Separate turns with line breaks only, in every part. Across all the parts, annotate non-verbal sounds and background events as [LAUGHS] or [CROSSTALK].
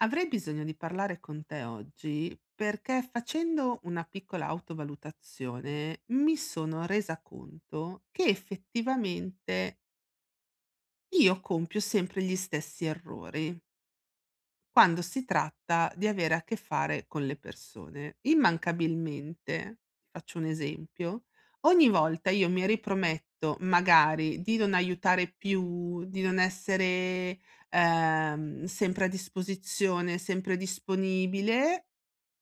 Avrei bisogno di parlare con te oggi perché facendo una piccola autovalutazione mi sono resa conto che effettivamente io compio sempre gli stessi errori. Quando si tratta di avere a che fare con le persone. Immancabilmente, faccio un esempio, ogni volta io mi riprometto magari di non aiutare più, di non essere, sempre a disposizione, sempre disponibile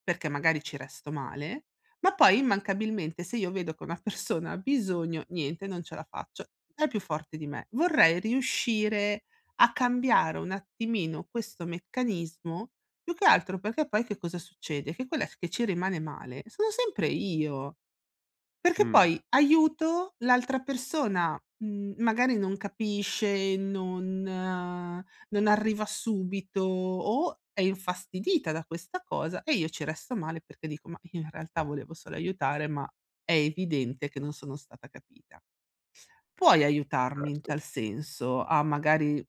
perché magari ci resto male, ma poi immancabilmente se io vedo che una persona ha bisogno, niente, non ce la faccio, è più forte di me. Vorrei riuscire a cambiare un attimino questo meccanismo, più che altro perché poi che cosa succede? Che quella che ci rimane male sono sempre io. Perché
Mh.
poi aiuto l'altra persona, magari non capisce, non arriva subito o è infastidita da questa cosa e io ci resto male perché dico: "Ma io in realtà volevo solo aiutare, ma è evidente che non sono stata capita". Puoi aiutarmi in
Certo.
tal senso a magari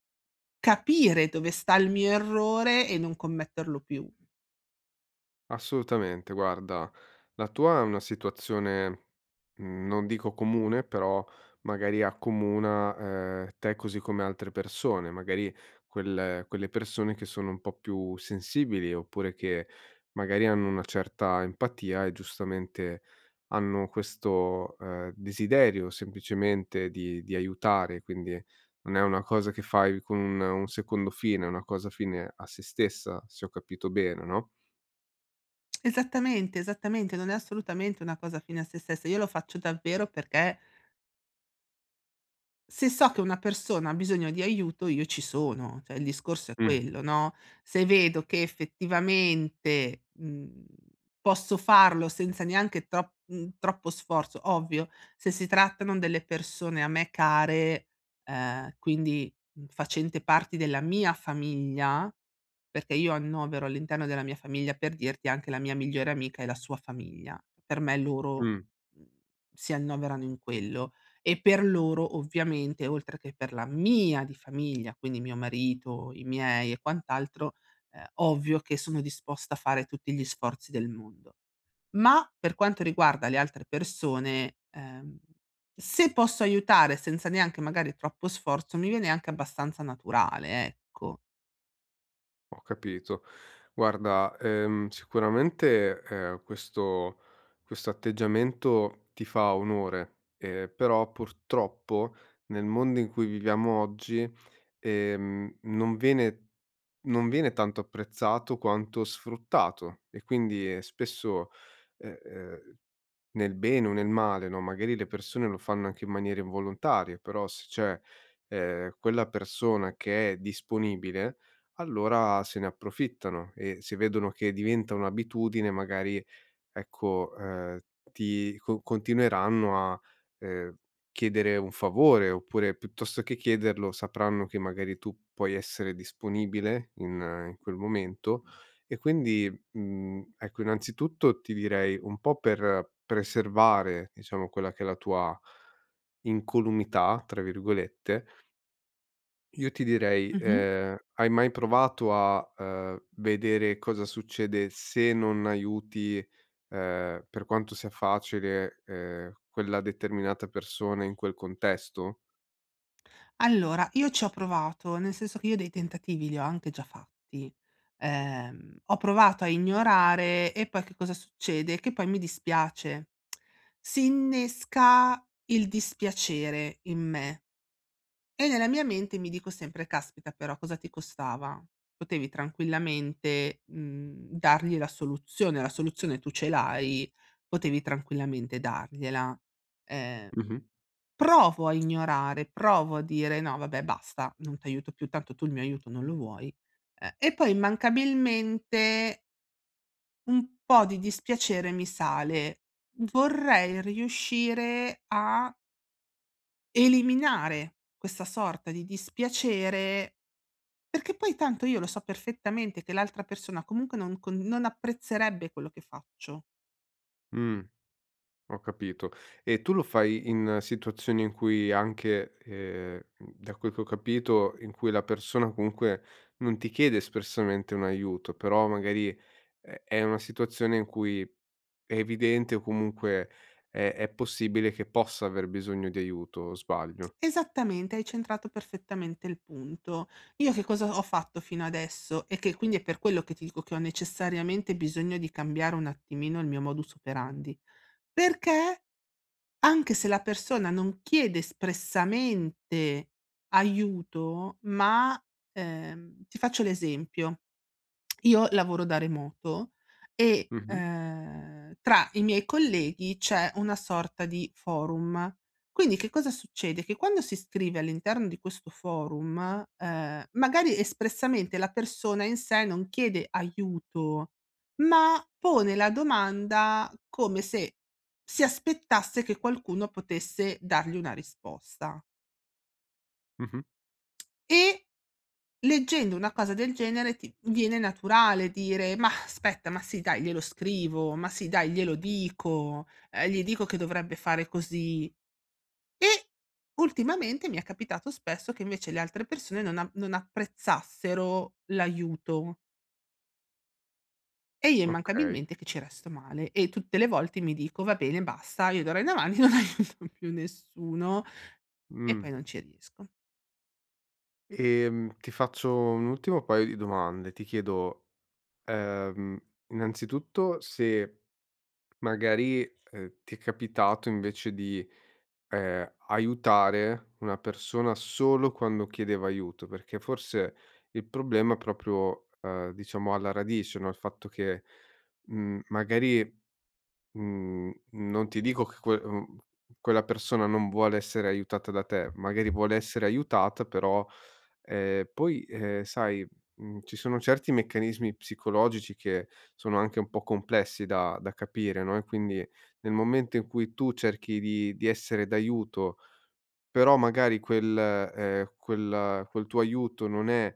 capire dove sta il mio errore e non commetterlo più.
Assolutamente, guarda, la tua è una situazione, non dico comune, però magari accomuna, te così come altre persone, magari quelle persone che sono un po' più sensibili, oppure che magari hanno una certa empatia e giustamente hanno questo, desiderio semplicemente di aiutare, quindi non è una cosa che fai con un secondo fine, è una cosa fine a sé stessa, se ho capito bene, no?
Esattamente, esattamente, non è assolutamente una cosa fine a sé stessa. Io lo faccio davvero perché se so che una persona ha bisogno di aiuto io ci sono, cioè il discorso è
Mh.
quello, no, se vedo che effettivamente, posso farlo senza neanche troppo sforzo, ovvio, se si trattano delle persone a me care, quindi, facente parte della mia famiglia perché io annovero all'interno della mia famiglia, per dirti, anche la mia migliore amica e la sua famiglia. Per me loro,
Mh,
mhmm, si annoverano in quello e per loro ovviamente, oltre che per la mia di famiglia, quindi mio marito, i miei e quant'altro, ovvio che sono disposta a fare tutti gli sforzi del mondo. Ma per quanto riguarda le altre persone, se posso aiutare senza neanche magari troppo sforzo, mi viene anche abbastanza naturale, ecco.
ho capito. Guarda, sicuramente, questo atteggiamento ti fa onore, però purtroppo nel mondo in cui viviamo oggi, ehm, non viene non viene tanto apprezzato quanto sfruttato e quindi spesso, ehm nel bene o nel male, no, magari le persone lo fanno anche in maniera involontaria, però se c'è, quella persona che è disponibile, allora se ne approfittano e se vedono che diventa un'abitudine magari ecco, ti co continueranno a, ehm, chiedere un favore, oppure piuttosto che chiederlo sapranno che magari tu puoi essere disponibile in quel momento e quindi, ecco, innanzitutto ti direi un po' per preservare, diciamo, quella che è la tua "incolumità", tra virgolette, io ti direi,
Mh-mh.
hai mai provato a, vedere cosa succede se non aiuti, per quanto sia facile, quella determinata persona in quel contesto?
Allora, io ci ho provato, nel senso che io dei tentativi li ho anche già fatti. Ho provato a ignorare e poi che cosa succede? Che poi mi dispiace. Si innesca il dispiacere in me e nella mia mente mi dico sempre: "Caspita però cosa ti costava? Potevi tranquillamente, dargli la soluzione tu ce l'hai, potevi tranquillamente dargliela". Ehm
Mh-mh.
Provo a ignorare, provo a dire: "No vabbè basta, non t'aiuto più, tanto tu il mio aiuto non lo vuoi". E poi immancabilmente un po' di dispiacere mi sale. Vorrei riuscire a eliminare questa sorta di dispiacere, perché poi tanto io lo so perfettamente che l'altra persona comunque non apprezzerebbe quello che faccio.
Mh, ho capito. E tu lo fai in situazioni in cui anche, da quel che ho capito, in cui la persona comunque non ti chiede espressamente un aiuto, però magari è una situazione in cui è evidente o comunque è possibile che possa aver bisogno di aiuto, o sbaglio?
Esattamente, hai centrato perfettamente il punto. Io che cosa ho fatto fino adesso e che quindi è per quello che ti dico che ho necessariamente bisogno di cambiare un attimino il mio modus operandi, perché anche se la persona non chiede espressamente aiuto, ma, ti faccio l'esempio io lavoro da remoto e,
Mh-mh,
tra i miei colleghi c'è una sorta di forum. Quindi che cosa succede? Che quando si scrive all'interno di questo forum, magari espressamente la persona in sé non chiede aiuto, ma pone la domanda come se si aspettasse che qualcuno potesse dargli una risposta
mh-mh,
e leggendo una cosa del genere ti viene naturale dire: "Mah, aspetta, ma sì dai glielo scrivo, ma sì dai glielo dico, gli dico che dovrebbe fare così". E ultimamente mi è capitato spesso che invece le altre persone non apprezzassero l'aiuto e io
okay.
immancabilmente che ci resto male e tutte le volte mi dico: "Va bene basta, io d'ora in avanti non [LAUGHS] aiuto più nessuno" e
Mh.
poi non ci riesco.
Ti faccio un ultimo paio di domande. Ti chiedo, ehm, innanzitutto se magari, ti è capitato invece di, aiutare una persona solo quando chiedeva aiuto, perché forse il problema è proprio, diciamo alla radice, no, il fatto che, magari non ti dico che quella persona non vuole essere aiutata da te, magari vuole essere aiutata però, poi, sai, ci sono certi meccanismi psicologici che sono anche un po' complessi da capire, no, e quindi nel momento in cui tu cerchi di essere d'aiuto però magari quel tuo aiuto non è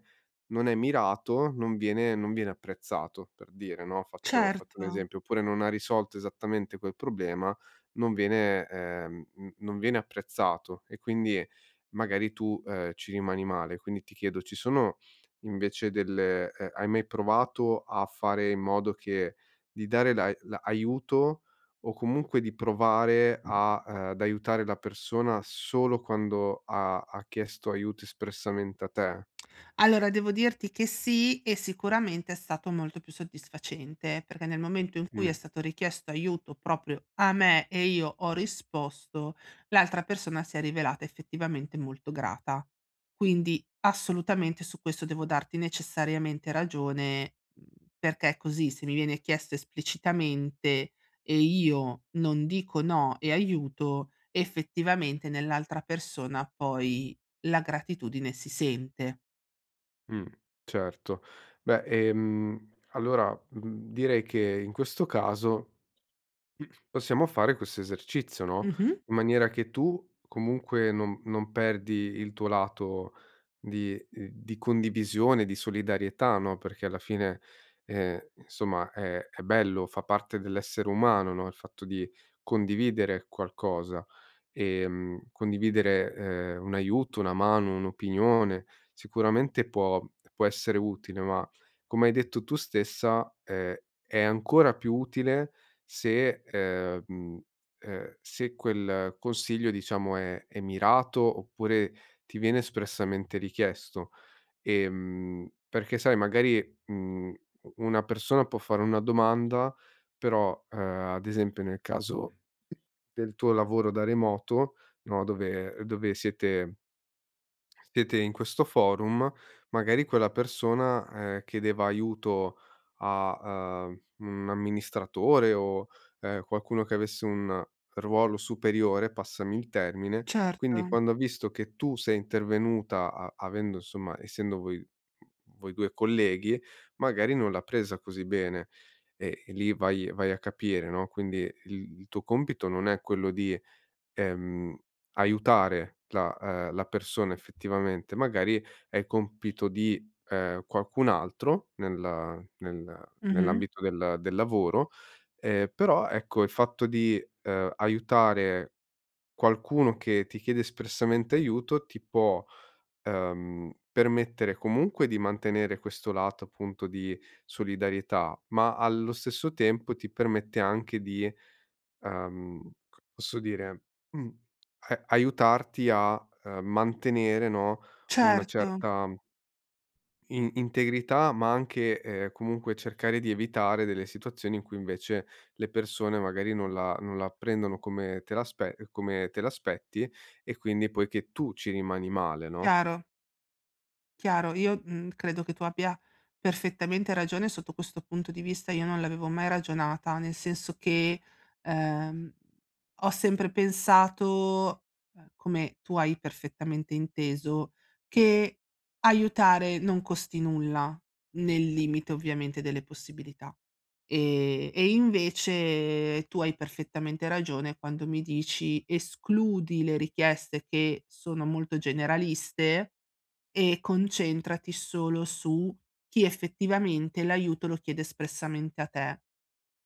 non è mirato, non viene apprezzato, per dire, no, faccio
Certo.
un esempio, oppure non ha risolto esattamente quel problema, non viene apprezzato e quindi magari tu, ci rimani male. Quindi ti chiedo, ci sono invece delle hai mai provato a fare in modo che di dare l'aiuto o comunque di provare a ad aiutare la persona solo quando ha chiesto aiuto espressamente a te.
Allora devo dirti che sì, e sicuramente è stato molto più soddisfacente, perché nel momento in cui è
Mh,
stato richiesto aiuto proprio a me e io ho risposto, l'altra persona si è rivelata effettivamente molto grata. Quindi assolutamente su questo devo darti necessariamente ragione, perché è così, se mi viene chiesto esplicitamente e io non dico no e aiuto, effettivamente nell'altra persona poi la gratitudine si sente.
mh, certo. Beh, allora, direi che in questo caso possiamo fare questo esercizio, no,
Mh-mh.
in maniera che tu comunque non perdi il tuo lato di condivisione, di solidarietà, no, perché alla fine, insomma è bello, fa parte dell'essere umano, no, il fatto di condividere qualcosa condividere, un aiuto, una mano, un'opinione, sicuramente può essere utile, ma come hai detto tu stessa, è ancora più utile se, se quel consiglio diciamo è mirato, oppure ti viene espressamente richiesto. Perché sai magari, u una persona può fare una domanda, però, ad esempio nel caso del tuo lavoro da remoto, no, dove dove siete in questo forum, magari quella persona, chiedeva aiuto a, un amministratore o, qualcuno che avesse un ruolo superiore, passami il termine.
Certo,
Quindi quando ha visto che tu sei intervenuta a avendo insomma essendo voi 2 colleghi, magari non l'ha presa così bene e lì vai a capire, no, quindi il tuo compito non è quello di ehm, aiutare la persona effettivamente, magari è compito di, qualcun altro nel
mh-mh.
nell'ambito del lavoro, però ecco il fatto di, aiutare qualcuno che ti chiede espressamente aiuto ti può permettere comunque di mantenere questo lato appunto di solidarietà, ma allo stesso tempo ti permette anche di, posso dire, mm, aiutarti a mantenere, no, una
Certo,
certa integrità, ma anche comunque cercare di evitare delle situazioni in cui invece le persone magari non la prendono come come te l'aspetti e quindi poi che tu ci rimani male, no?
chiaro, chiaro. Io, credo che tu abbia perfettamente ragione sotto questo punto di vista, io non l'avevo mai ragionata, nel senso che, ehm, ho sempre pensato, come tu hai perfettamente inteso, che aiutare non costi nulla, nel limite ovviamente delle possibilità. E invece tu hai perfettamente ragione quando mi dici: "Escludi le richieste che sono molto generaliste e concentrati solo su chi effettivamente l'aiuto lo chiede espressamente a te".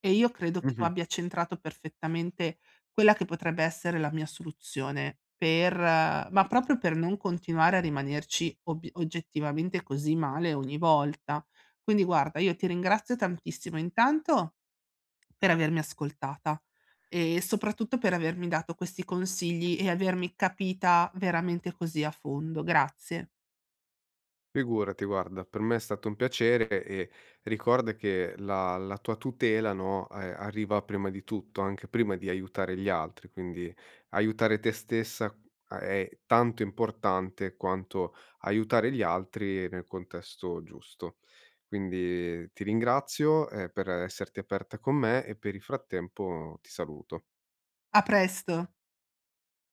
E io credo che tu abbia centrato perfettamente quella che potrebbe essere la mia soluzione per ma proprio per non continuare a rimanerci ob oggettivamente così male ogni volta. Quindi guarda, io ti ringrazio tantissimo intanto per avermi ascoltata e soprattutto per avermi dato questi consigli e avermi capita veramente così a fondo. Grazie.
Figurati guarda, per me è stato un piacere e ricorda che la tua tutela, no, arriva prima di tutto, anche prima di aiutare gli altri, quindi aiutare te stessa a è tanto importante quanto aiutare gli altri nel contesto giusto. Quindi ti ringrazio, per esserti aperta con me e per il frattempo ti saluto.
A presto.